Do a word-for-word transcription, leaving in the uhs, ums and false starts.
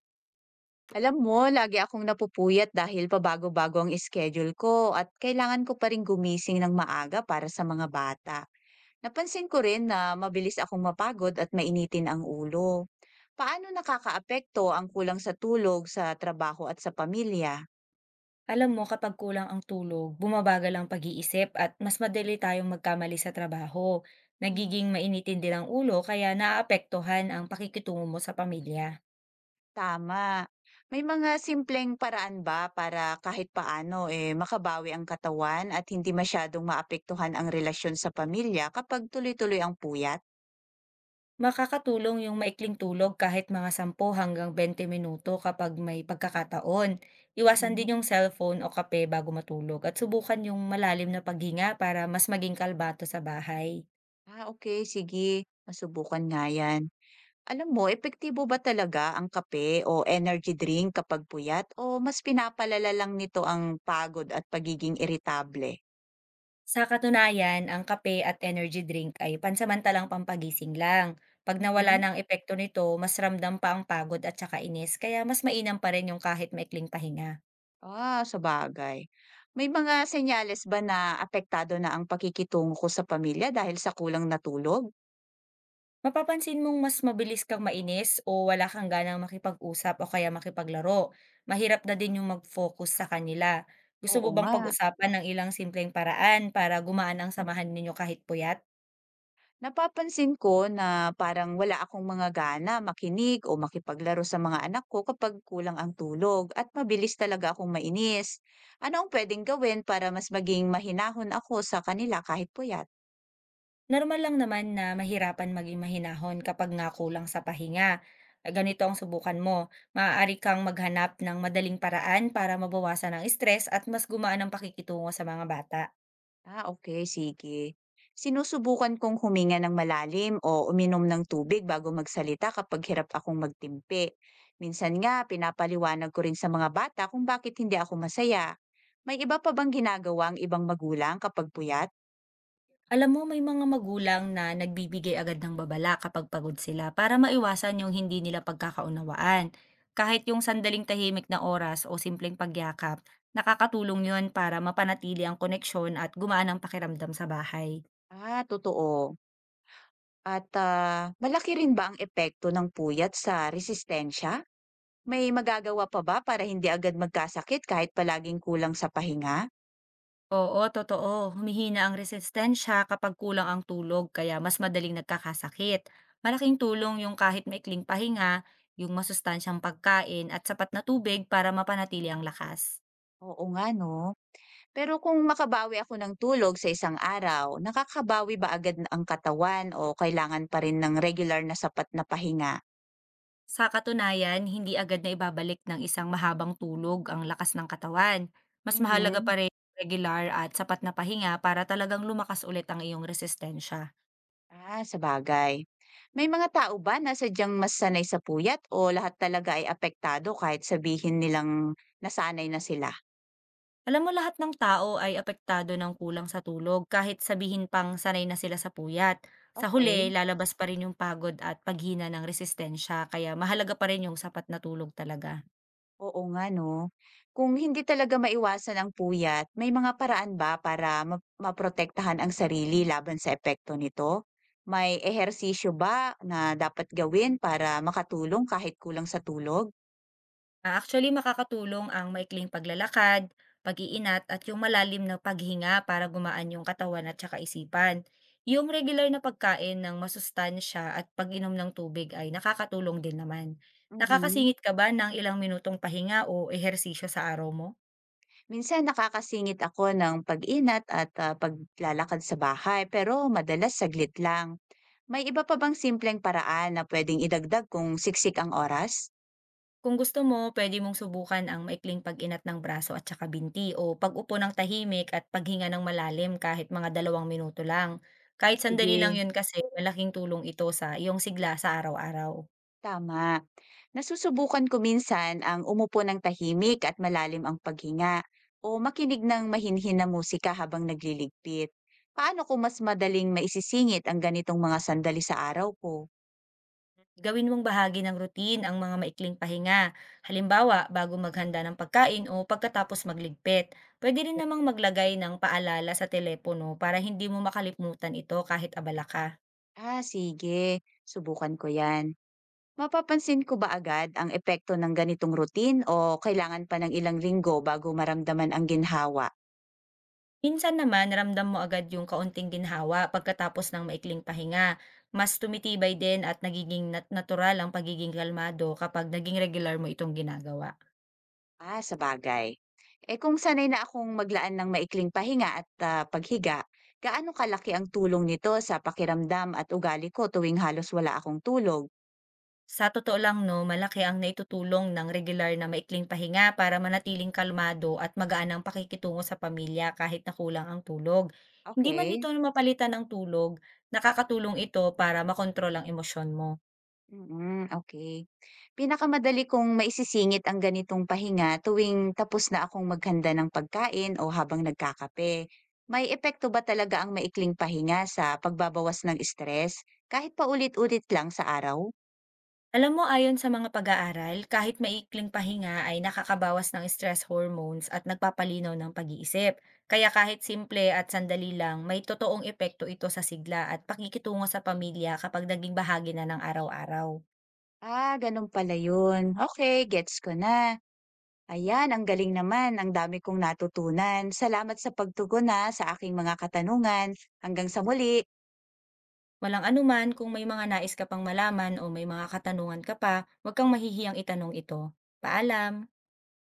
Alam mo, lagi akong napupuyat dahil pabago-bago ang schedule ko at kailangan ko pa rin gumising ng maaga para sa mga bata. Napansin ko rin na mabilis akong mapagod at mainitin ang ulo. Paano nakakaapekto ang kulang sa tulog sa trabaho at sa pamilya? Alam mo kapag kulang ang tulog, bumabagal ang pag-iisip at mas madali tayong magkamali sa trabaho. Mhm. Nagiging mainitin din ang ulo kaya naaapektuhan ang pakikitungo mo sa pamilya. Tama. May mga simpleng paraan ba para kahit paano eh makabawi ang katawan at hindi masyadong maapektuhan ang relasyon sa pamilya kapag tuloy-tuloy ang puyat? Makakatulong yung maikling tulog kahit mga ten hanggang bente minuto kapag may pagkakataon. Iwasan din Mhm. yung cellphone o kape bago matulog at subukan yung malalim na paghinga para mas maging kalbato sa bahay. Ah, okay, sige, masubukan nga 'yan. Alam mo, epektibo ba talaga ang kape o energy drink kapag puyat o mas pinapalala lang nito ang pagod at pagiging iritable? Sa katunayan, ang kape at energy drink ay pansamantalang pampagising lang. Pag nawala Mhm. ng epekto nito, mas ramdam pa ang pagod at saka inis, kaya mas mainam pa rin yung kahit maikling pahinga. Ah, sabagay. May mga senyales ba na apektado na ang pakikitungo ko sa pamilya dahil sa kulang na tulog? Mapapansin mong mas mabilis kang mainis o wala kang ganang makipag-usap o kaya makipaglaro. Mahirap na din yung mag-focus sa kanila. Gusto mo Oo bang nga. pag-usapan ng ilang simpleng paraan para gumaan ang samahan ninyo kahit puyat? Napapansin ko na parang wala akong mga gana makinig o makipaglaro sa mga anak ko kapag kulang ang tulog at mabilis talaga akong mainis. Ano ang pwedeng gawin para mas maging mahinahon ako sa kanila kahit puyat? Normal lang naman na mahirapan maging mahinahon kapag nga kulang sa pahinga. Ah, Ganito ang subukan mo. Maaari kang maghanap ng madaling paraan para mabawasan ang stress at mas gumaan ang pakikitungo sa mga bata. Ah, okay, sige. Sinusubukan kong huminga ng malalim o uminom ng tubig bago magsalita kapag hirap akong magtimpi. Minsan nga, pinapaliwanag ko rin sa mga bata kung bakit hindi ako masaya. May iba pa bang ginagawa ang ibang magulang kapag puyat? Alam mo, may mga magulang na nagbibigay agad ng babala kapag pagod sila para maiwasan yung hindi nila pagkakaunawaan. Kahit yung sandaling tahimik na oras o simpleng pagyakap, nakakatulong yun para mapanatili ang koneksyon at gumaan ang pakiramdam sa bahay. Ah, totoo. At ah, malaki rin ba ang epekto ng puyat sa resistensya? May magagawa pa ba para hindi agad magkasakit kahit palaging kulang sa pahinga? Oo, totoo. Humihina ang resistensya kapag kulang ang tulog kaya mas madaling nagkakasakit. Malaking tulong yung kahit maikling pahinga, yung masustansyang pagkain at sapat na tubig para mapanatili ang lakas. Oo nga, no. Pero kung makabawi ako ng tulog sa isang araw, nakakabawi ba agad ang katawan o kailangan pa rin ng regular na sapat na pahinga? Sa katunayan, hindi agad na ibabalik ng isang mahabang tulog ang lakas ng katawan. Mas mahalaga Mhm. pa rin regular at sapat na pahinga para talagang lumakas ulit ang iyong resistensya. Ah, sa bagay. May mga tao ba na sadyang mas sanay sa puyat o lahat talaga ay apektado kahit sabihin nilang nasanay na sila? Alam mo lahat ng tao ay apektado ng kulang sa tulog kahit sabihin pang sanay na sila sa puyat. Sa huli, Okay. lalabas pa rin yung pagod at paghina ng resistensya kaya mahalaga pa rin yung sapat na tulog talaga. Oo nga 'no. Kung hindi talaga maiwasan ang puyat, may mga paraan ba para ma maprotektahan ang sarili laban sa epekto nito? May ehersisyo ba na dapat gawin para makatulong kahit kulang sa tulog? Ah, Actually, makakatulong ang maikling paglalakad, pag-iinat at yung malalim na paghinga para gumaan yung katawan at saka isipan. Yung regular na pagkain ng masustansya at pag-inom ng tubig ay nakakatulong din naman. Mhm. Nakakasingit ka ba ng ilang minutong pahinga o ehersisyo sa araw mo? Minsan nakakasingit ako ng pag-inat at, ah, paglalakad sa bahay pero madalas saglit lang. May iba pa bang simpleng paraan na pwedeng idagdag kung siksik ang oras? Kung gusto mo, pwede mong subukan ang maikling pag-inat ng braso at saka binti o pag-upo ng tahimik at paghinga ng malalim kahit mga dalawang minuto lang. Ah, Kahit sandali lang sige. yun kasi malaking tulong ito sa iyong sigla sa araw-araw. Tama. Nasusubukan ko minsan ang umupo ng tahimik at malalim ang paghinga o makinig ng mahinhin na musika habang nagliligpit. Paano ko mas madaling maisisingit ang ganitong mga sandali sa araw ko? Gawin mong bahagi ng routine ang mga maikling pahinga. Halimbawa, bago maghanda ng pagkain o pagkatapos magligpit, pwede rin namang maglagay ng paalala sa telepono para hindi mo makalimutan ito kahit abala ka. Ah, sige. Subukan ko yan. Mapapansin ko ba agad ang epekto ng ganitong routine o kailangan pa ng ilang linggo bago maramdaman ang ginhawa? Minsan naman ramdam mo agad yung kaunting ginhawa pagkatapos ng maikling pahinga. Mas tumitibay din at nagiging nat- natural ang pagiging kalmado kapag naging regular mo itong ginagawa. Ah, sabagay. Eh kung sanay na akong maglaan ng maikling pahinga at ah, paghiga, gaano kalaki ang tulong nito sa pakiramdam at ugali ko tuwing halos wala akong tulog? Sa totoo lang no, malaki ang naitutulong ng regular na maikling pahinga para manatiling kalmado at magaan ang pakikitungo sa pamilya kahit na kulang ang tulog. Hindi man ito Okay. mapalitan ng tulog, nakakatulong ito para makontrol ang emosyon mo. Mm, okay. Pinakamadali kong maisisingit ang ganitong pahinga tuwing tapos na akong maghanda ng pagkain o habang nagkakape. May epekto ba talaga ang maikling pahinga sa pagbabawas ng stress kahit paulit-ulit lang sa araw? Alam mo, ayon sa mga pag-aaral, kahit maikling pahinga ay nakakabawas ng stress hormones at nagpapalinaw ng pag-iisip. Kaya kahit simple at sandali lang, may totoong epekto ito sa sigla at pakikitungo sa pamilya kapag naging bahagi na ng araw-araw. Ah, ganun pala yun. Okay, gets ko na. Ayan, ang galing naman. Ang dami kong natutunan. Salamat sa pagtugon na sa aking mga katanungan. Hanggang sa muli. Walang anuman kung may mga nais ka pang malaman o may mga katanungan ka pa, huwag kang mahihiyang itanong ito. Paalam!